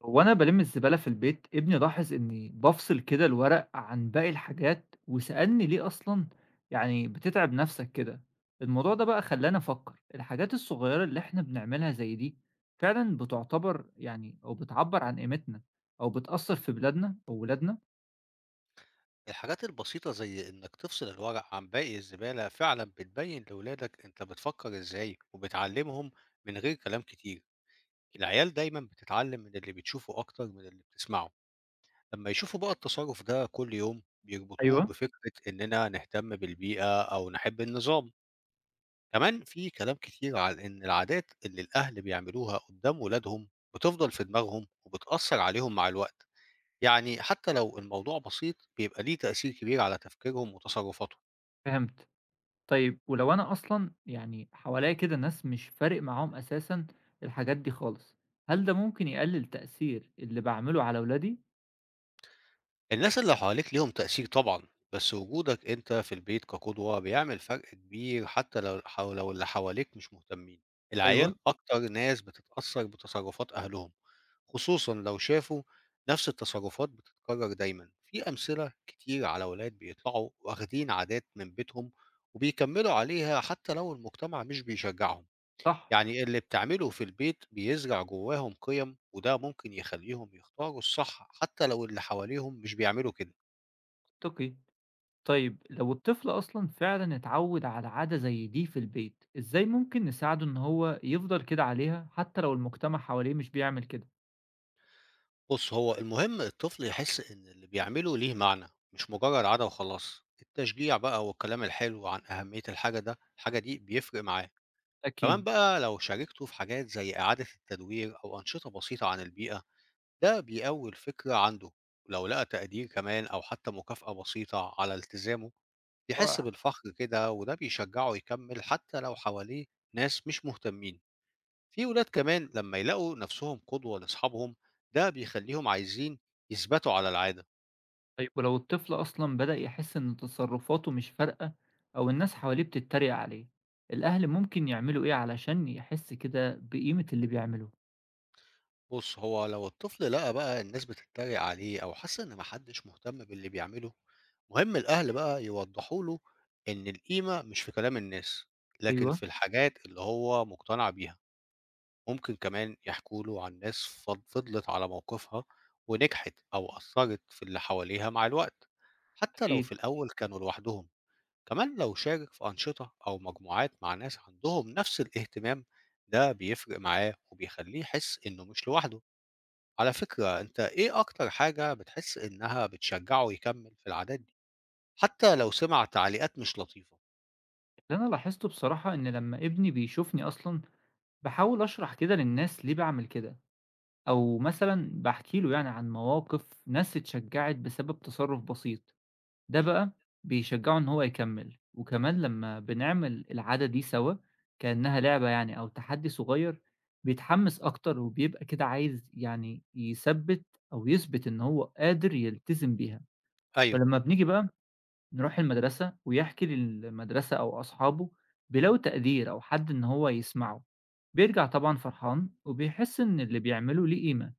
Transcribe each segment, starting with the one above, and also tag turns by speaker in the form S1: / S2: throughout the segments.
S1: وأنا بالِم الزبالة في البيت، ابني لاحظ إني بافصل كده الورق عن باقي الحاجات، وسألني ليه أصلًا يعني بتتعب نفسك كده؟ الموضوع ده بقى خلّاني أفكّر، الحاجات الصغيّرة اللي إحنا بنعملها زي دي، فعلًا بتعتبر يعني أو بتعبّر عن قيمتنا أو بتأثّر في بلادنا أو ولادنا؟
S2: الحاجات البسيطة زي إنك تفصل الورق عن باقي الزبالة فعلا بتبين لأولادك أنت بتفكر إزاي وبتعلمهم من غير كلام كتير. العيال دايما بتتعلم من اللي بتشوفه أكتر من اللي بتسمعه. لما يشوفوا بقى التصرف ده كل يوم بيربطوه
S1: أيوه،
S2: بفكرة إننا نهتم بالبيئة أو نحب النظام. كمان في كلام كتير على إن العادات اللي الأهل بيعملوها قدام ولادهم بتفضل في دماغهم وبتأثر عليهم مع الوقت. يعني حتى لو الموضوع بسيط بيبقى ليه تأثير كبير على تفكيرهم وتصرفاتهم.
S1: فهمت. طيب ولو أنا أصلًا يعني حواليّا كده ناس مش فارق معاهم أساسًا الحاجات دي خالص، هل ده ممكن يقلل تأثير اللي باعمله على ولادي؟
S2: الناس اللي حواليك ليهم تأثير طبعًا، بس وجودك أنت في البيت كقدوة بيعمل فرق كبير حتى لو الح لو اللي حواليك مش مهتمين،
S1: أيوه،
S2: العيال أكتر ناس بتتأثر بتصرفات أهلهم، خصوصًا لو شافوا نفس التصرفات بتتكرر دايمًا، في أمثلة كتير على ولاد بيطلعوا واخدين عادات من بيتهم وبيكملوا عليها حتى لو المجتمع مش بيشجعهم،
S1: صح،
S2: يعني اللي بتعمله في البيت بيزرع جواهم قيم وده ممكن يخليهم يختاروا الصح حتى لو اللي حواليهم مش بيعملوا كده.
S1: منطقي. طيب لو الطفل أصلا فعلا اتعود على عادة زي دي في البيت إزاي ممكن نساعده إن هو يفضل كده عليها حتى لو المجتمع حواليه مش بيعمل كده.
S2: بُص، هو المهم الطفل يحس إن اللي بيعمله ليه معنى، مش مجرد عادة وخلاص. التشجيع بقى والكلام الحلو عن أهمية الحاجة دي بيفرق معاه. كمان
S1: أكيد.
S2: بقى لو شاركته في حاجات زي إعادة التدوير أو أنشطة بسيطة عن البيئة، ده بيقوي الفكرة عنده. ولو لقى تقدير كمان أو حتى مكافأة بسيطة على التزامه، بيحس
S1: رائع.
S2: بالفخر كده وده بيشجعه يكمل حتى لو حواليه ناس مش مهتمين. في ولاد كمان لما يلاقوا نفسهم قدوة لأصحابهم ده بيخليهم عايزين يثبتوا على العادة.
S1: طيب ولو الطفل أصلا بدأ يحس إن تصرفاته مش فارقة أو الناس حواليه بتتريق عليه الأهل ممكن يعملوا إيه علشان يحس كده بقيمة اللي بيعمله؟
S2: بص هو لو الطفل لقى بقى الناس بتتريق عليه أو حس إن محدش مهتم باللي بيعمله مهم الأهل بقى يوضحوا له إن القيمة مش في كلام الناس لكن
S1: أيوه.
S2: في الحاجات اللي هو مقتنع بيها. ممكن كمان يحكوا له عن ناس فضلت على موقفها ونجحت أو أثرت في اللي حواليها مع الوقت حتى لو في
S1: أكيد.
S2: الأول كانوا لوحدهم. كمان لو شارك في أنشطة أو مجموعات مع ناس عندهم نفس الاهتمام ده بيفرق معاه وبيخليه يحس إنه مش لوحده. على فكرة، أنت إيه أكتر حاجة بتحس إنها بتشجعه يكمل في العادات دي حتى لو سمع تعليقات مش لطيفة؟
S1: اللي أنا لاحظته بصراحة إن لما ابني بيشوفني أصلا بحاول أشرح كده للناس ليه بعمل كده أو مثلًا باحكي له يعني عن مواقف ناس اتشجّعت بسبب تصرُّف بسيط، ده
S2: مم.
S1: بقى بيشجّعه إن هو يكمّل، وكمان لمّا بنعمل العادة دي سوا كإنّها لعبة يعني أو تحدّي صغير، بيتحمّس أكتر وبيبقى كده عايز يعني يثبّت أو يثبِت إن هو قادر يلتزم بيها،
S2: أيوه.
S1: ولمّا بنيجي بقى نروح المدرسة ويحكي للمدرسة أو أصحابه بيلاقوا تقدير أو حد إن هو يسمعه، بيرجع طبعًا فرحان وبيحس إن اللي بيعمله ليه قيمة.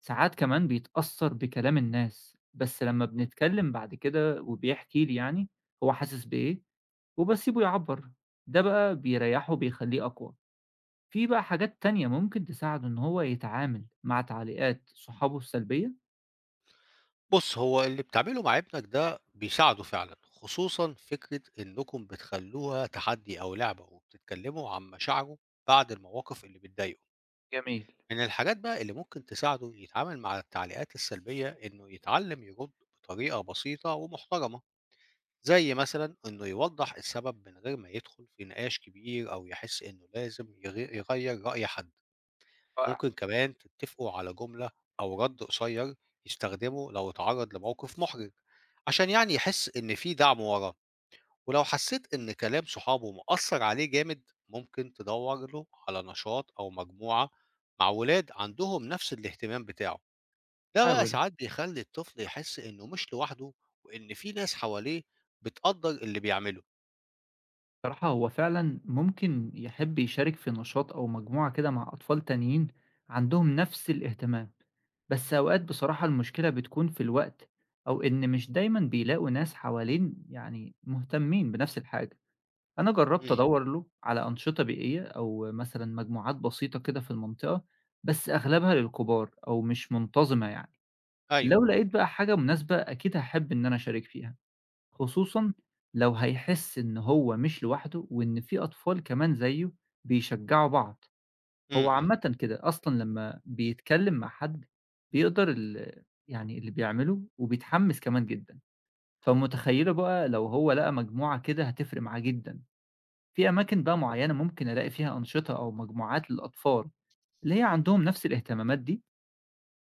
S1: ساعات كمان بيتأثّر بكلام الناس، بس لمّا
S2: مم.
S1: بنتكلّم بعد كده وبيحكي لي يعني هو حاسس بإيه، وباسيبه يعبّر، ده بقى بيريّحه وبيخلّيه أقوى. في بقى حاجات تانية ممكن تساعده إن هو يتعامل مع تعليقات صحابه السلبية؟
S2: بص هو اللي بتعمله مع ابنك ده بيساعده فعلا، خصوصا فكرة إنكم بتخلوها تحدي أو لعبة وبتتكلموا عن مشاعره بعد المواقف اللي بتضايقه.
S1: جميل.
S2: من الحاجات بقى اللي ممكن تساعده يتعامل مع التعليقات السلبية إنه يتعلم يرد بطريقة بسيطة ومحترمة، زي مثلا إنه يوضح السبب من غير ما يدخل في نقاش كبير أو يحس إنه لازم يغير رأي حد.
S1: رائع.
S2: ممكن كمان تتفقوا على جملة أو رد قصير يستخدمه لو اتعرض لموقف محرج عشان يعني يحس إن في دعم وراه. ولو حسيت إن كلام صحابه مأثر عليه جامد ممكن تدور له على نشاط أو مجموعة مع ولاد عندهم نفس الاهتمام بتاعه. ده بقى
S1: حاول.
S2: ساعات بيخلي الطفل يحس إنه مش لوحده وإن في ناس حواليه بتقدر اللي بيعمله.
S1: بصراحة هو فعلًا ممكن يحب يشارك في نشاط أو مجموعة كده مع أطفال تانيين عندهم نفس الاهتمام. بس أوقات بصراحة المشكلة بتكون في الوقت أو إن مش دايمًا بيلاقوا ناس حوالين يعني مهتمين بنفس الحاجة، أنا جرّبت
S2: مم.
S1: أدوّر له على أنشطة بيئية أو مثلًا مجموعات بسيطة كده في المنطقة، بس أغلبها للكبار أو مش منتظمة يعني،
S2: أيوه.
S1: لو لقيت بقى حاجة مناسبة أكيد هاحب إن أنا أشارك فيها، خصوصًا لو هيحس إن هو مش لوحده وإن في أطفال كمان زيه بيشجعوا بعض. هو
S2: مم. مم.
S1: عامةً كده، أصلًا لمّا بيتكلّم مع حد بيقدر ال يعني اللي بيعمله وبيتحمّس كمان جدًا، فمتخيّلة بقى لو هو لقى مجموعة كده هتفرق معاه جدًا، في أماكن بقى معيّنة ممكن ألاقي فيها أنشطة أو مجموعات للأطفال اللي هي عندهم نفس الاهتمامات دي؟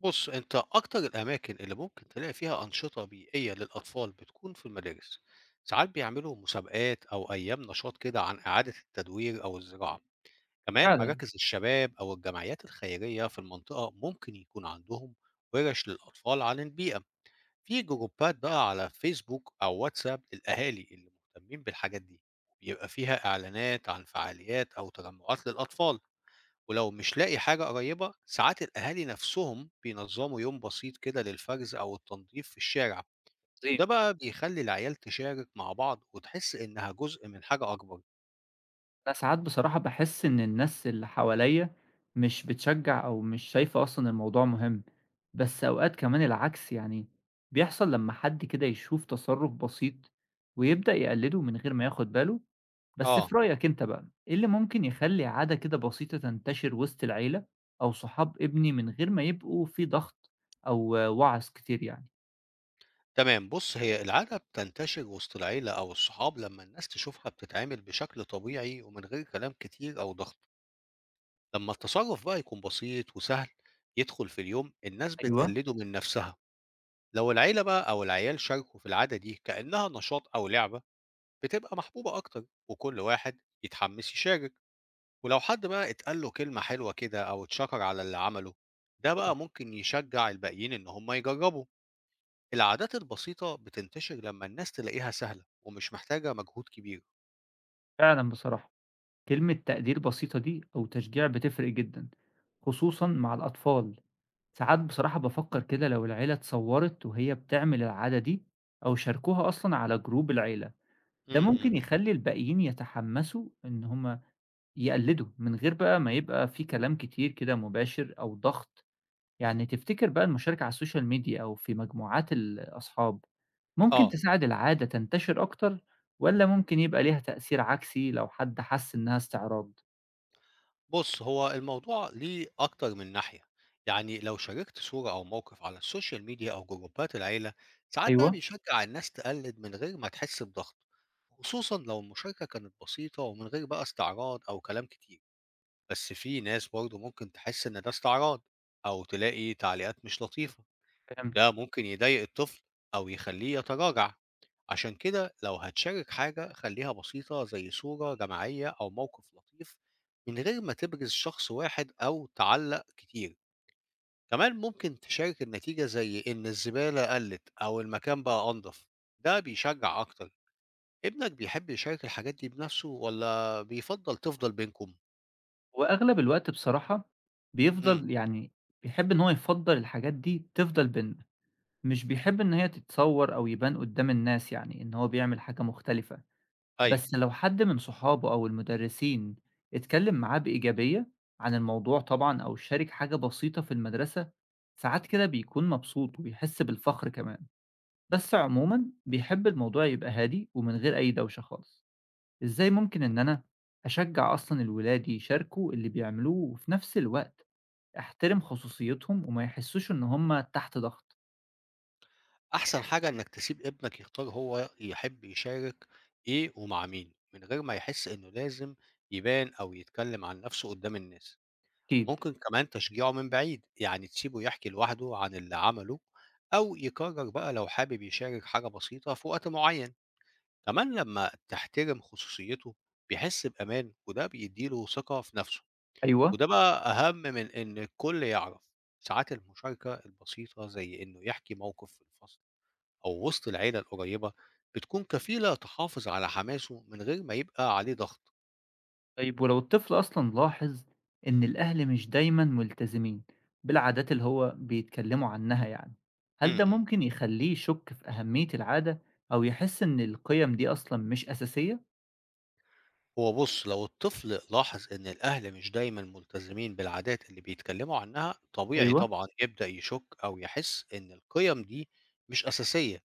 S2: بص أنت أكتر الأماكن اللي ممكن تلاقي فيها أنشطة بيئية للأطفال بتكون في المدارس. ساعات بيعملوا مسابقات أو أيام نشاط كده عن إعادة التدوير أو الزراعة. كمان
S1: فعلًا.
S2: مراكز الشباب أو الجمعيات الخيرية في المنطقة ممكن يكون عندهم ورش للأطفال عن البيئة. في جروبات بقى على فيسبوك أو واتساب للأهالي اللي مهتمين بالحاجات دي بيبقى فيها إعلانات عن فعاليات أو تجمعات للأطفال. ولو مش لاقي حاجة قريبة ساعات الأهالي نفسهم بينظموا يوم بسيط كده للفرز أو التنظيف في الشارع، وده
S1: عظيم.
S2: بقى بيخلي العيال تشارك مع بعض وتحس إنها جزء من حاجة أكبر.
S1: أنا ساعات بصراحة باحس إن الناس اللي حواليّا مش بتشجّع أو مش شايفة أصلًا الموضوع مهم، بس أوقات كمان العكس يعني بيحصل لمّا حد كده يشوف تصرُّف بسيط ويبدأ يقلّده من غير ما ياخد باله، بس
S2: آه.
S1: في رأيك أنت بقى إيه اللي ممكن يخلّي عادة كده بسيطة تنتشر وسط العيلة أو صحاب ابني من غير ما يبقوا في ضغط أو وَعَظ كتير يعني؟
S2: تمام. بص هي العادة بتنتشر وسط العيلة أو الصحاب لما الناس تشوفها بتتعامل بشكل طبيعي ومن غير كلام كتير أو ضغط. لما التصرف بقى يكون بسيط وسهل يدخل في اليوم الناس
S1: أيوه.
S2: بتقلده من نفسها. لو العيلة بقى أو العيال شاركوا في العادة دي كأنها نشاط أو لعبة بتبقى محبوبة أكتر وكل واحد يتحمس يشارك. ولو حد بقى اتقال له كلمة حلوة كده أو اتشكر على اللي عمله ده
S1: واضح.
S2: بقى ممكن يشجع الباقيين إن هم يجربوا. العادات البسيطة بتنتشر لما الناس تلاقيها سهلة ومش محتاجة مجهود كبير.
S1: فعلًا بصراحة، كلمة تقدير بسيطة دي أو تشجيع بتفرق جدًا، خصوصًا مع الأطفال. ساعات بصراحة بافكّر كده لو العيلة اتصوّرت وهي بتعمل العادة دي أو شاركوها أصلًا على جروب العيلة، ده
S2: امم.
S1: ممكن يخلّي الباقيين يتحمّسوا إن هم يقلّدوا، من غير بقى ما يبقى في كلام كتير كده مباشر أو ضغط، يعني تفتكر بقى المشاركة على السوشيال ميديا أو في مجموعات الأصحاب ممكن
S2: آه.
S1: تساعد العادة تنتشر أكتر، والّا ممكن يبقى ليها تأثير عكسي لو حد حَس إنها استعراض؟
S2: بص هو الموضوع ليه أكتر من ناحية. يعني لو شاركت صورة أو موقف على السوشيال ميديا أو جروبات العيلة ساعات ده
S1: أيوه،
S2: بيشجع الناس تقلد من غير ما تحس بضغط، خصوصا لو المشاركة كانت بسيطة ومن غير بقى استعراض أو كلام كتير. بس في ناس برضه ممكن تحس إن ده استعراض أو تلاقي تعليقات مش لطيفة.
S1: فهمت.
S2: ده ممكن يضايق الطفل أو يخليه يتراجع. عشان كده لو هتشارك حاجة خليها بسيطة زي صورة جماعية أو موقف لطيف من غير ما تبرز شخص واحد أو تعلق كتير. كمان ممكن تشارك النتيجة زي إن الزبالة قلت أو المكان بقى أنظف، ده بيشجع أكتر. ابنك بيحب يشارك الحاجات دي بنفسه ولا تفضل بينكم؟
S1: هو أغلب الوقت بصراحة
S2: امم.
S1: بيفضل يعني بيحب إن هو يفضّل الحاجات دي تفضل بيننا، مش بيحب إن هي تتصوّر أو يبان قدّام الناس يعني إن هو بيعمل حاجة مختلفة،
S2: أيوه.
S1: بس لو حد من صحابه أو المدرسين اتكلّم معاه بإيجابية عن الموضوع طبعًا أو شارك حاجة بسيطة في المدرسة، ساعات كده بيكون مبسوط وبيحس بالفخر كمان، بس عمومًا بيحب الموضوع يبقى هادي ومن غير أي دوشة خالص. إزاي ممكن إن أنا أشجع أصلًا الولاد يشاركوا اللي بيعملوه، وفي نفس الوقت أحترم خصوصيتهم وما يحسوش إن هم تحت ضغط؟
S2: أحسن حاجة إنك تسيب ابنك يختار هو يحب يشارك إيه ومع مين من غير ما يحس إنه لازم يبان أو يتكلم عن نفسه قدام الناس.
S1: أكيد.
S2: ممكن كمان تشجيعه من بعيد، يعني تسيبه يحكي لوحده عن اللي عمله أو يقرر بقى لو حابب يشارك حاجة بسيطة في وقت معين. كمان لما تحترم خصوصيته بيحس بأمان وده بيديله ثقة في نفسه،
S1: أيوه.
S2: وده بقى أهم من إن الكل يعرف. ساعات المشاركة البسيطة زي إنه يحكي موقف في الفصل أو وسط العيلة القريبة بتكون كفيلة تحافظ على حماسه من غير ما يبقى عليه ضغط.
S1: طيب ولو الطفل أصلًا لاحظ إن الأهل مش دايمًا ملتزمين بالعادات اللي هو بيتكلموا عنها يعني، هل ده
S2: امم.
S1: ممكن يخلّيه يشك في أهمية العادة أو يحس إن القيم دي أصلًا مش أساسية؟
S2: هو بص لو الطفل لاحظ إن الأهل مش دايما ملتزمين بالعادات اللي بيتكلموا عنها طبيعي
S1: أيوه،
S2: طبعا يبدأ يشك أو يحس إن القيم دي مش أساسية.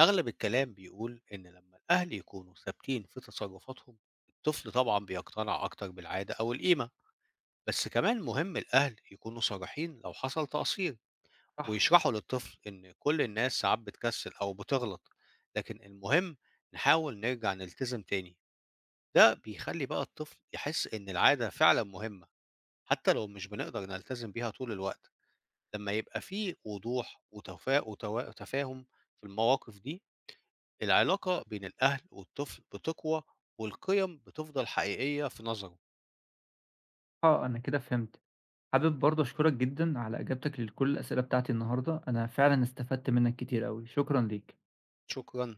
S2: أغلب الكلام بيقول إن لما الأهل يكونوا ثابتين في تصرفاتهم الطفل طبعا بيقتنع أكتر بالعادة أو القيمة. بس كمان مهم الأهل يكونوا صريحين لو حصل تقصير،
S1: صح.
S2: ويشرحوا للطفل إن كل الناس ساعات بتكسل أو بتغلط، لكن المهم نحاول نرجع نلتزم تاني. ده بيخلي بقى الطفل يحس إن العادة فعلا مهمة حتى لو مش بنقدر نلتزم بيها طول الوقت. لما يبقى فيه وضوح وتفاهم في المواقف دي العلاقة بين الأهل والطفل بتقوى والقيم بتفضل حقيقية في نظره.
S1: آه، أنا كده فهمت. حابب برضه أشكرك جدًا على إجابتك لكل الأسئلة بتاعتي النهارده، أنا فعلًا استفدت منك كتير أوي، شكرًا ليك.
S2: شكرا.